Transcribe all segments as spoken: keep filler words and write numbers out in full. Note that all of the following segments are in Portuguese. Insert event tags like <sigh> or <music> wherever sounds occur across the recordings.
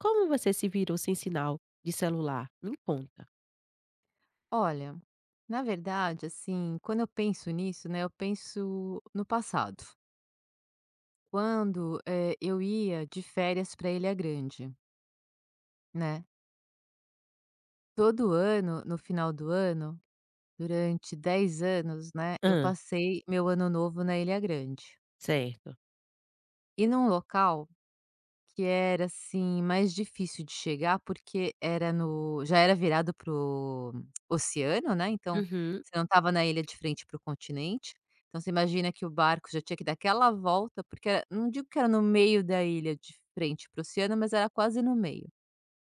Como você se virou sem sinal de celular? Me conta. Olha, na verdade, assim, quando eu penso nisso, né, eu penso no passado. Quando, eh, eu ia de férias para Ilha Grande, né? Todo ano, no final do ano, durante dez anos, né, eu Hã, passei meu ano novo na Ilha Grande. certo. E num local que era, assim, mais difícil de chegar, porque era no já era virado pro oceano, né, então Uhum, você não estava na ilha de frente para o continente. Então você imagina que o barco já tinha que dar aquela volta, porque era não digo que era no meio da ilha de frente para o oceano, mas era quase no meio,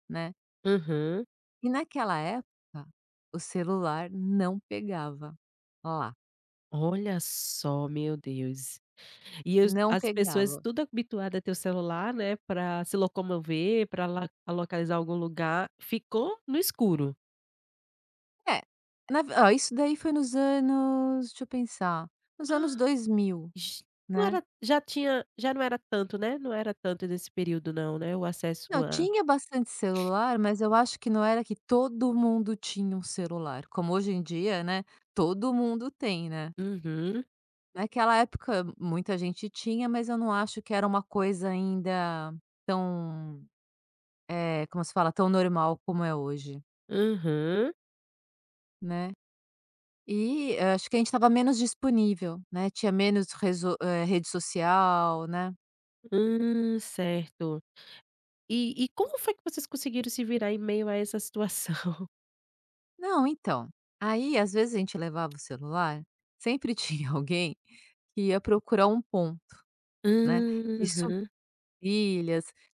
né. uhum. E naquela época, o celular não pegava, lá, Olha só, meu Deus. E os não as pessoas pegava. tudo habituada a ter o celular, né, pra se locomover, pra la localizar algum lugar, ficou no escuro. É, na ó, isso daí foi nos anos deixa eu pensar, nos anos Ah, dois mil, ge Não né. era, já tinha, já não era tanto, né, não era tanto nesse período não, né, o acesso Não, a tinha bastante celular, mas eu acho que não era que todo mundo tinha um celular, como hoje em dia, né, todo mundo tem, né. uhum, Naquela época muita gente tinha, mas eu não acho que era uma coisa ainda tão, eh, como se fala? Tão normal como é hoje, uhum. né. E, eh, acho que a gente estava menos disponível, né, tinha menos reso eh, rede social, né. Hum, certo. E e como foi que vocês conseguiram se virar em meio a essa situação? Não, então, aí às vezes a gente levava o celular, sempre tinha <laughs> alguém que ia procurar um pão. <laughs> Né, que subia Aham,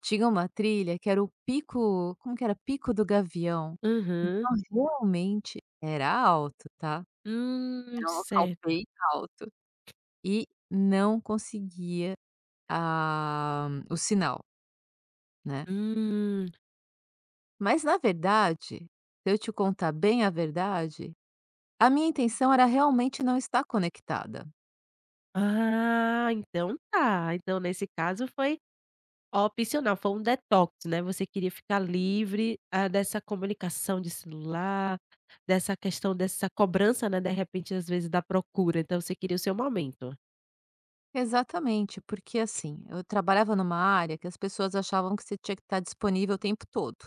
tinha uma trilha que era o pico como que era? Pico do Gavião, aham. então realmente era alto, tá, Hum, era um local certo. bem alto e não conseguia a o sinal, né. Hum. Mas na verdade, se eu te contar bem a verdade, a minha intenção era realmente não estar conectada. Ah, então tá. Então nesse caso foi opcional, foi um detox, né, você queria ficar livre, ah, dessa comunicação de celular, dessa questão, dessa cobrança, né, de repente, às vezes, da procura, então você queria o seu momento. Exatamente, porque assim, eu trabalhava numa área que as pessoas achavam que você tinha que estar disponível o tempo todo.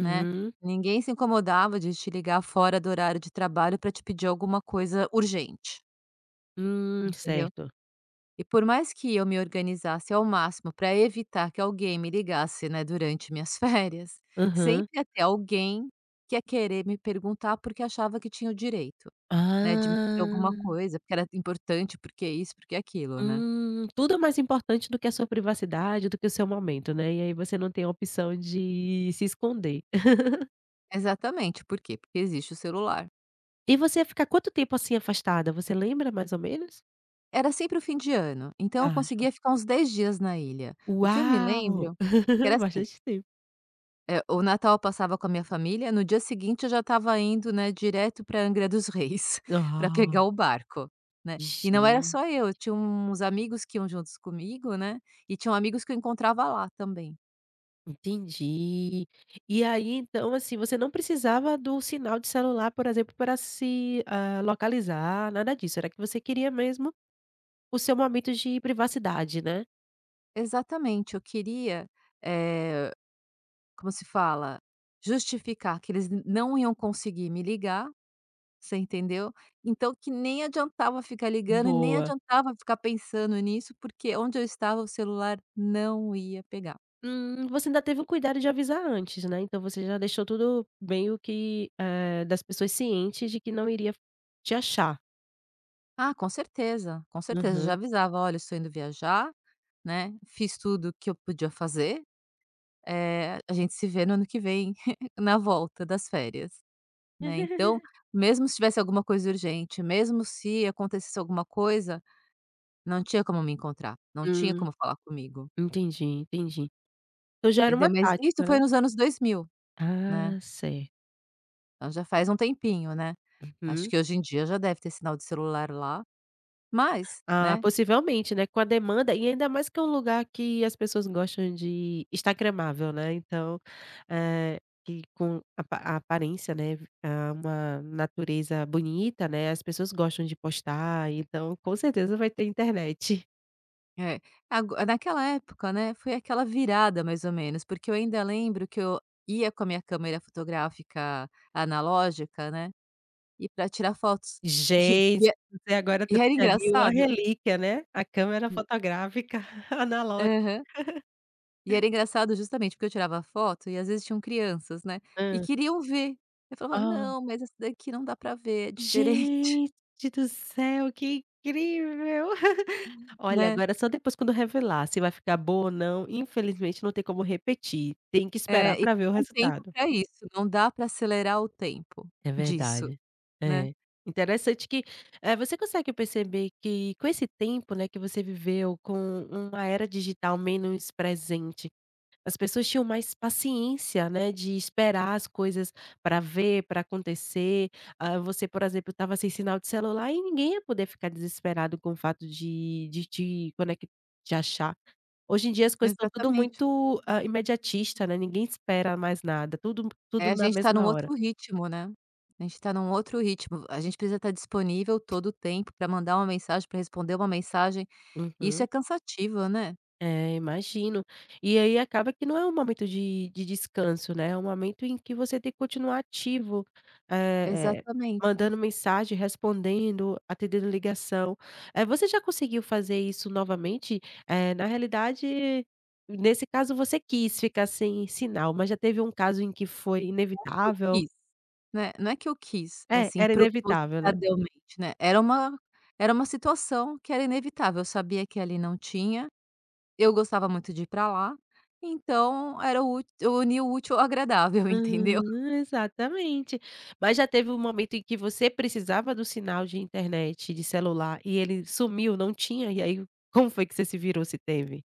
Né, ninguém se incomodava de te ligar fora do horário de trabalho para te pedir alguma coisa urgente, Hum, entendeu. certo. E por mais que eu me organizasse ao máximo para evitar que alguém me ligasse, né, durante minhas <laughs> férias, Aham. sempre ia ter alguém que ia querer me perguntar, porque achava que tinha o direito, né, de me pedir alguma Ah. coisa, porque era importante, porque isso, porque aquilo, né. Hum, tudo é mais importante do que a sua privacidade, do que o seu momento, né, e aí você não tem a opção de se esconder. <laughs> Exatamente, por quê? Porque existe o celular. E você ia ficar quanto tempo, assim, afastada, você lembra mais ou menos? Era sempre o fim de ano, então eu Ah, joia. conseguia ficar uns dez dias na ilha. O que eu me Uau! lembro que era <laughs> assim Bastante tempo. é, o Natal eu passava com a minha família, no dia seguinte eu já estava indo, né, direto para Angra dos Reis, <laughs> para Ah, pegar o barco, né. E não era gen só eu, tinha uns amigos que iam juntos comigo, né, e tinham amigos que eu encontrava lá também. Entendi. E aí, então, assim, você não precisava do sinal de celular, por exemplo, para se, ah, localizar, nada disso, era que você queria mesmo o seu momento de privacidade, né? Exatamente, eu queria, eh, como se fala? Justificar que eles n não iam conseguir me ligar, você entendeu? Então que nem adiantava ficar ligando e nem Boa. adiantava ficar pensando nisso, porque onde eu estava o celular não ia pegar. Hum, você ainda teve o cuidado de avisar antes, né, então você já deixou tudo meio que, eh, das pessoas cientes de que não iria te achar. Ah, com certeza, com certeza. Já Aham. avisava: "Olha, eu estou indo viajar, né, fiz tudo que eu podia fazer, eh, a gente se vê no ano que vem <laughs> na volta das férias", né. <laughs> Então, mesmo se tivesse alguma coisa urgente, mesmo se acontecesse alguma coisa, não tinha como me encontrar, não tinha Hum, como falar comigo, entendi, entendi. Então já era uma entendeu. Mas isso tática, né? foi nos anos dois mil, né, Ah, certo. então já faz um tempinho, né. Acho Uhum. que hoje em dia já deve ter sinal de celular lá, mas, Ah, né. possivelmente, né, com a demanda, e ainda mais que é um lugar que as pessoas gostam de instagramável, né, então, eh, que com a pa a aparência, né, hã, uma natureza bonita, né, as pessoas gostam de postar, então com certeza vai ter internet. É, ago naquela época, né, foi aquela virada mais ou menos, porque eu ainda lembro que eu ia com a minha câmera fotográfica analógica, né, e para tirar fotos. <laughs> E Gente, e é- você agora e era trouxe ali uma engraçado relíquia, né, a câmera hum, fotográfica <laughs> analógica. aham. E era engraçado justamente porque eu tirava foto e às vezes tinham crianças, né, e Hã. queriam ver. Eu falava: Ó, "Não, mas essa daqui não dá para ver, é diferente", gente <laughs> do céu, que incrível. Olha, né. agora só depois, quando revelar, se vai ficar boa ou não, infelizmente não tem como repetir, tem que esperar É, e para ver o não tem um tempo resultado. para isso, não dá para acelerar o tempo É disso, verdade. né. É. Interessante que, eh, você consegue perceber que com esse tempo, né, que você viveu com uma era digital menos presente, as pessoas tinham mais paciência, né, de esperar as coisas para ver, para acontecer. Ah, você, por exemplo, estava sem sinal de celular e ninguém ia poder ficar desesperado com o fato de de te conec de achar. Hoje em dia as coisas estão tudo Exatamente. muito, hã, imediatista, né, ninguém espera mais nada, tudo tudo É, a na gente tá num mesma hora. outro ritmo, né. A gente tá num outro ritmo. A gente precisa estar disponível todo o tempo para mandar uma mensagem, para responder uma mensagem. E isso Uhum. é cansativo, né. É, imagino. E aí acaba que não é um momento de de descanso, né, é um momento em que você tem que continuar ativo, eh eh, Exatamente. Não mandando mensagem, respondendo, atendendo ligação. Eh, você já conseguiu fazer isso novamente? Eh, na realidade, nesse caso você quis ficar sem sinal, mas já teve um caso em que foi é que eu inevitável? quis, né, não é que eu quis, É, assim, era inevitável, né? propositadelmente, né. Era uma era uma situação que era inevitável. Eu sabia que ali não tinha, eu gostava muito de ir para lá, então era o ú eu uni o útil ao agradável, <laughs> entendeu? Hã, exatamente. Mas já teve um momento em que você precisava do sinal de internet, de celular, e ele sumiu, não tinha, e aí como foi que você se virou, se teve?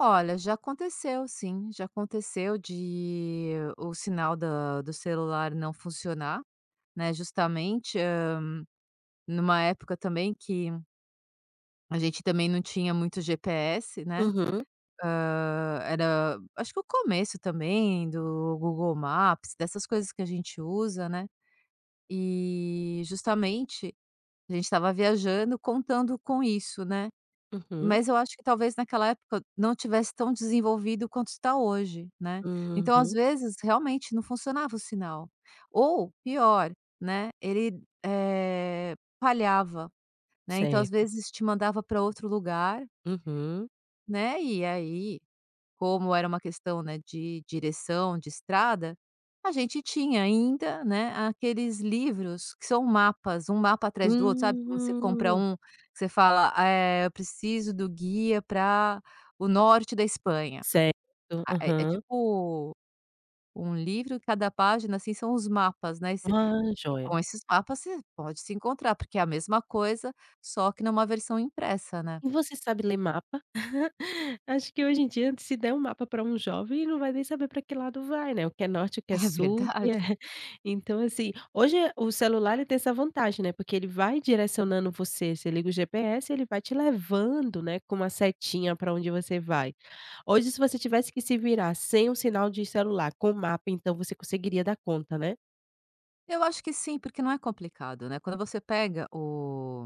Olha, já aconteceu sim, já aconteceu de o sinal da do celular não funcionar, né, justamente, hã, numa época também que a gente também não tinha muito G P S, né, Uhum, hã, era acho que o começo também do Google Maps, dessas coisas que a gente usa, né, e justamente a gente estava viajando contando com isso, né. uhum, Mas eu acho que talvez naquela época não tivesse tão desenvolvido quanto está hoje, né. Então, às Uhum, vezes, realmente não funcionava o sinal. Ou pior, né, ele, eh, falhava, né, então às certo. vezes te mandava para outro lugar, Uhum. né, e aí como era uma questão, né, de direção, de estrada, a gente tinha ainda, né, aqueles livros que são mapas, um mapa atrás do outro, sabe, quando você compra Hum, um, você fala: "Eh, eu preciso do guia para o norte da Espanha". certo. Ah, é é Aham. tipo um livro, cada página, assim, são os mapas, né, e você Ah, e joia. com esses mapas você pode se encontrar, porque é a mesma coisa, só que numa versão impressa, né. E você sabe ler mapa? Acho que hoje em dia, se der um mapa para um jovem, ele não vai nem saber para que lado vai, né, o que é norte, o que é <laughs> É sul, o que é verdade. <laughs> então assim, hoje o celular ele tem essa vantagem, né, porque ele vai direcionando você, você liga o G P S, ele vai te levando, né, com uma setinha para onde você vai. Hoje, se você tivesse que se virar sem o sinal de celular, com o mapa, então você conseguiria dar conta, né? Eu acho que sim, porque não é complicado, né, quando você pega o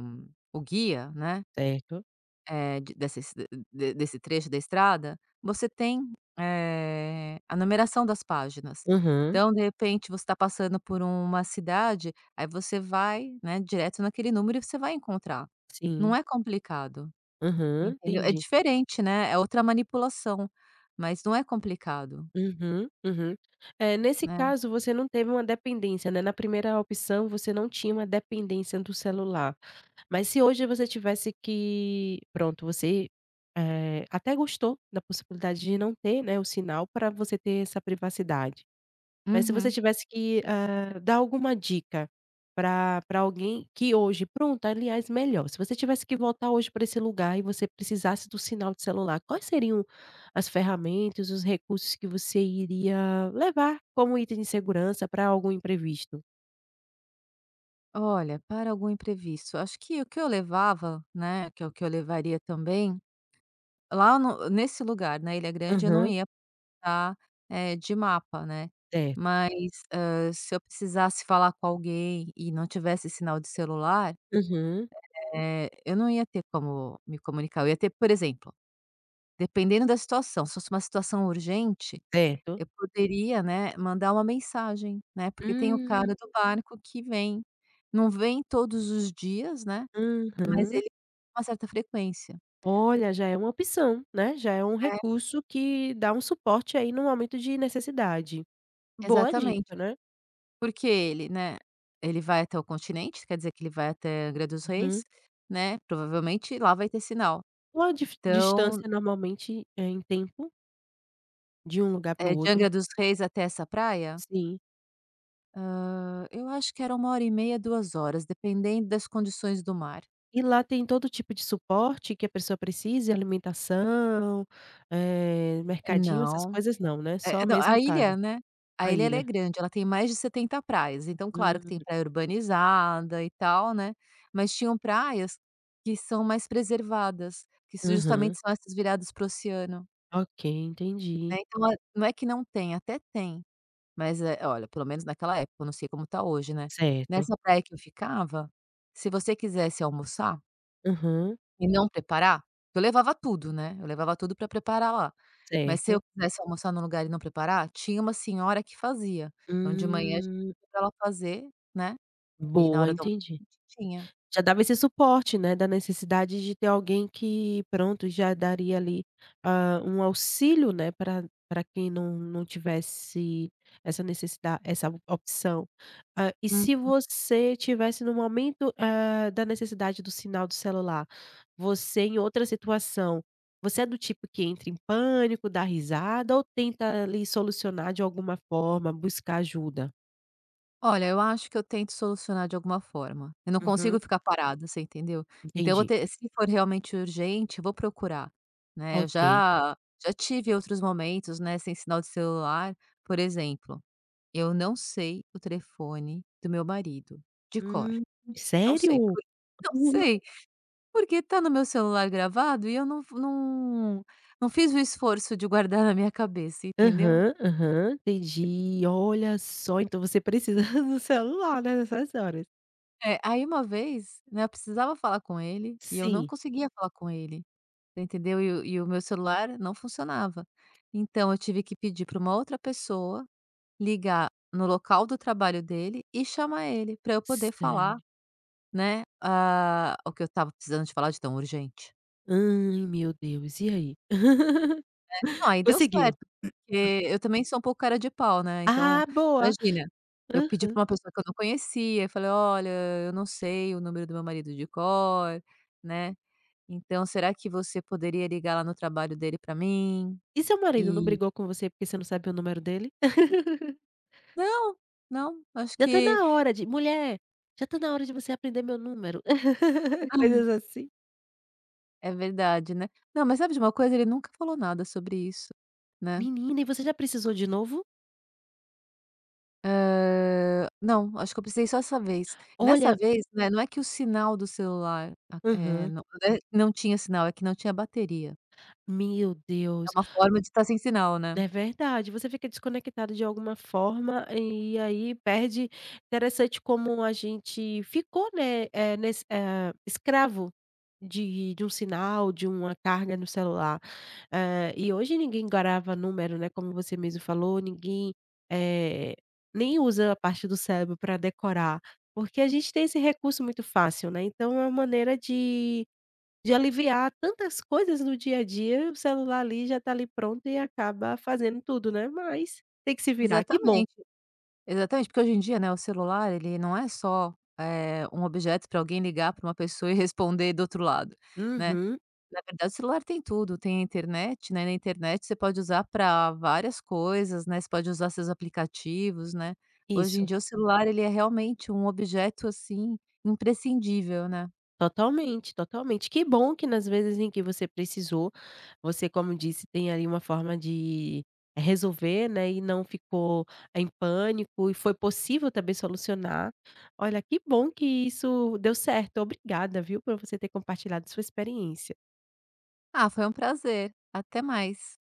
o guia, né, Certo. eh, de dessa de desse trecho da estrada, você tem, eh, a numeração das páginas. Uhum. Então, de repente, você está passando por uma cidade, aí você vai, né, direto naquele número e você vai encontrar. Não Sim. é complicado, Uhum, entendeu? É entendi. diferente, né, é outra manipulação, mas não é complicado, Uhum, uhum. Eh, nesse né. caso você não teve uma dependência, né, na primeira opção você não tinha uma dependência do celular, mas se hoje você tivesse que pronto, você, eh, até gostou da possibilidade de não ter, né, o sinal para você ter essa privacidade. Mas se você Uhum. tivesse que, ah, dar alguma dica para para alguém que hoje pronto, aliás, melhor, se você tivesse que voltar hoje para esse lugar e você precisasse do sinal de celular, quais seriam as ferramentas, os recursos que você iria levar como item de segurança para algum imprevisto? Olha, para algum imprevisto, acho que o que eu levava, né, que é o que eu levaria também, lá no nesse lugar, na Ilha Grande, eu não Aham, ia precisar, eh, de mapa, né. certo. Mas, hã, se eu precisasse falar com alguém e não tivesse sinal de celular, Uhum, eh, eu não ia ter como me comunicar. Eu ia ter, por exemplo, dependendo da situação, se fosse uma situação urgente, certo. eu poderia, né, mandar uma mensagem, né, porque tem o Hum, cara do barco que vem. Não vem todos os dias, né. Mas uhum. ele tem uma certa frequência. Olha, já é uma opção, né, já é um É, recurso que dá um suporte aí no momento de necessidade. Boa exatamente. dica, né. Porque ele, né, ele vai até o continente, quer dizer que ele vai até Angra dos Uhum. Reis, né, provavelmente lá vai ter sinal. Qual a dif Então, distância normalmente, é em tempo, de um lugar para o eh, de outro? Angra dos Reis até essa praia, Sim. hã, eu acho que era uma hora e meia, duas horas, dependendo das condições do mar. E lá tem todo tipo de suporte que a pessoa precise, alimentação, eh, mercadinho, essas Não. coisas não, né, É, só não, mesmo a caso, ilha, né, a a ilha ela é ilha. grande, ela tem mais de setenta praias, então claro que Hum, tem praia urbanizada e tal, né, mas tinham praias que são mais preservadas, que s aham. justamente são essas viradas para o oceano, Ok, entendi. né, então a não é que não tem, até tem, mas, eh, olha, pelo menos naquela época, eu não sei como tá hoje, né. Certo. Nessa praia que eu ficava, se você quisesse almoçar Aham, e não preparar, eu levava tudo, né, eu levava tudo para preparar lá. Mas se certo. eu quisesse almoçar num lugar e não preparar, tinha uma senhora que fazia. Então de manhã a gente Hum, pedia pra ela fazer, né, e na boa, hora do almoço entendi. a gente tinha. Já dava esse suporte, né, da necessidade de ter alguém que pronto, já daria ali, hã, um auxílio, né, para para quem não não tivesse essa necessidade, essa op- opção. Hã, e Hum. se você tivesse no momento, hã, da necessidade do sinal do celular, você em outra situação, você é do tipo que entra em pânico, dá risada ou tenta ali solucionar de alguma forma, buscar ajuda? Olha, eu acho que eu tento solucionar de alguma forma. Eu não Uhum, consigo ficar parada, você entendeu? Então eu vou entendi. ter se for realmente urgente, eu vou procurar, né. Eu Ok. já já tive outros momentos, né, sem sinal de celular, por exemplo, eu não sei o telefone do meu marido, de cor. Hum, Não sei sério? por não sei, porque tá no meu celular gravado e eu não não não fiz o esforço de guardar na minha cabeça, entendeu? Aham, aham, entendi. Olha só, então você precisa <laughs> do celular, né, nessas horas. É, aí uma vez, né, eu precisava falar com ele e eu não Sim, conseguia falar com ele, você entendeu? E o e o meu celular não funcionava. Então eu tive que pedir para uma outra pessoa ligar no local do trabalho dele e chamar ele para eu poder sério. falar, né, ah, o que eu estava precisando de falar de tão urgente. Ai, meu Deus, e aí? <laughs> Não, aí deu Conseguiu? certo, porque eu também sou um pouco cara de pau, né, então, Ah, boa. imagina, eu pedi Hã, pra uma pessoa que eu não conhecia, eu falei: "Olha, eu não sei o número do meu marido de cor, né, então será que você poderia ligar lá no trabalho dele pra mim?" e seu marido não E brigou com você porque você não sabe o número dele? <laughs> não, não, acho "Já tá que na hora de mulher, já tá na hora de você aprender meu número". <laughs> Coisas assim. é verdade, né. Não, mas sabe de uma coisa, ele nunca falou nada sobre isso, né. Menina, e você já precisou de novo? Hã, não, acho que eu precisei só essa vez. Nessa Olha, vez, né, não é que o sinal do celular, a eh, aham. não é não tinha sinal, é que não tinha bateria. Meu É Deus. uma forma de estar sem sinal, né. É verdade, você fica desconectado de alguma forma, e aí perde. Interessante como a gente ficou, né, eh, nesse eh, escravo de de um sinal, de uma carga no celular. Eh, e hoje ninguém grava número, né, como você mesmo falou, ninguém, eh, nem usa a parte do cérebro para decorar, porque a gente tem esse recurso muito fácil, né, então é uma maneira de de aliviar tantas coisas no dia a dia, o celular ali já tá ali pronto e acaba fazendo tudo, né, mas tem que se virar, que bom. Exatamente, exatamente, porque hoje em dia, né, o celular ele não é só, eh, um objeto pra alguém ligar pra uma pessoa e <laughs> responder do outro lado, né. Uhum, Na verdade, o celular tem tudo, tem a internet, né, na internet você pode usar para várias coisas, né, você pode usar seus aplicativos, né. Hoje em isso, dia o celular ele é realmente um objeto, assim, imprescindível, né. totalmente, totalmente. Que bom que nas vezes em que você precisou, você, como disse, tem ali uma forma de resolver, né, e não ficou em pânico e foi possível também solucionar. Olha, que bom que isso deu certo, obrigada, viu, por você ter compartilhado sua experiência. Ah, foi um prazer, até mais.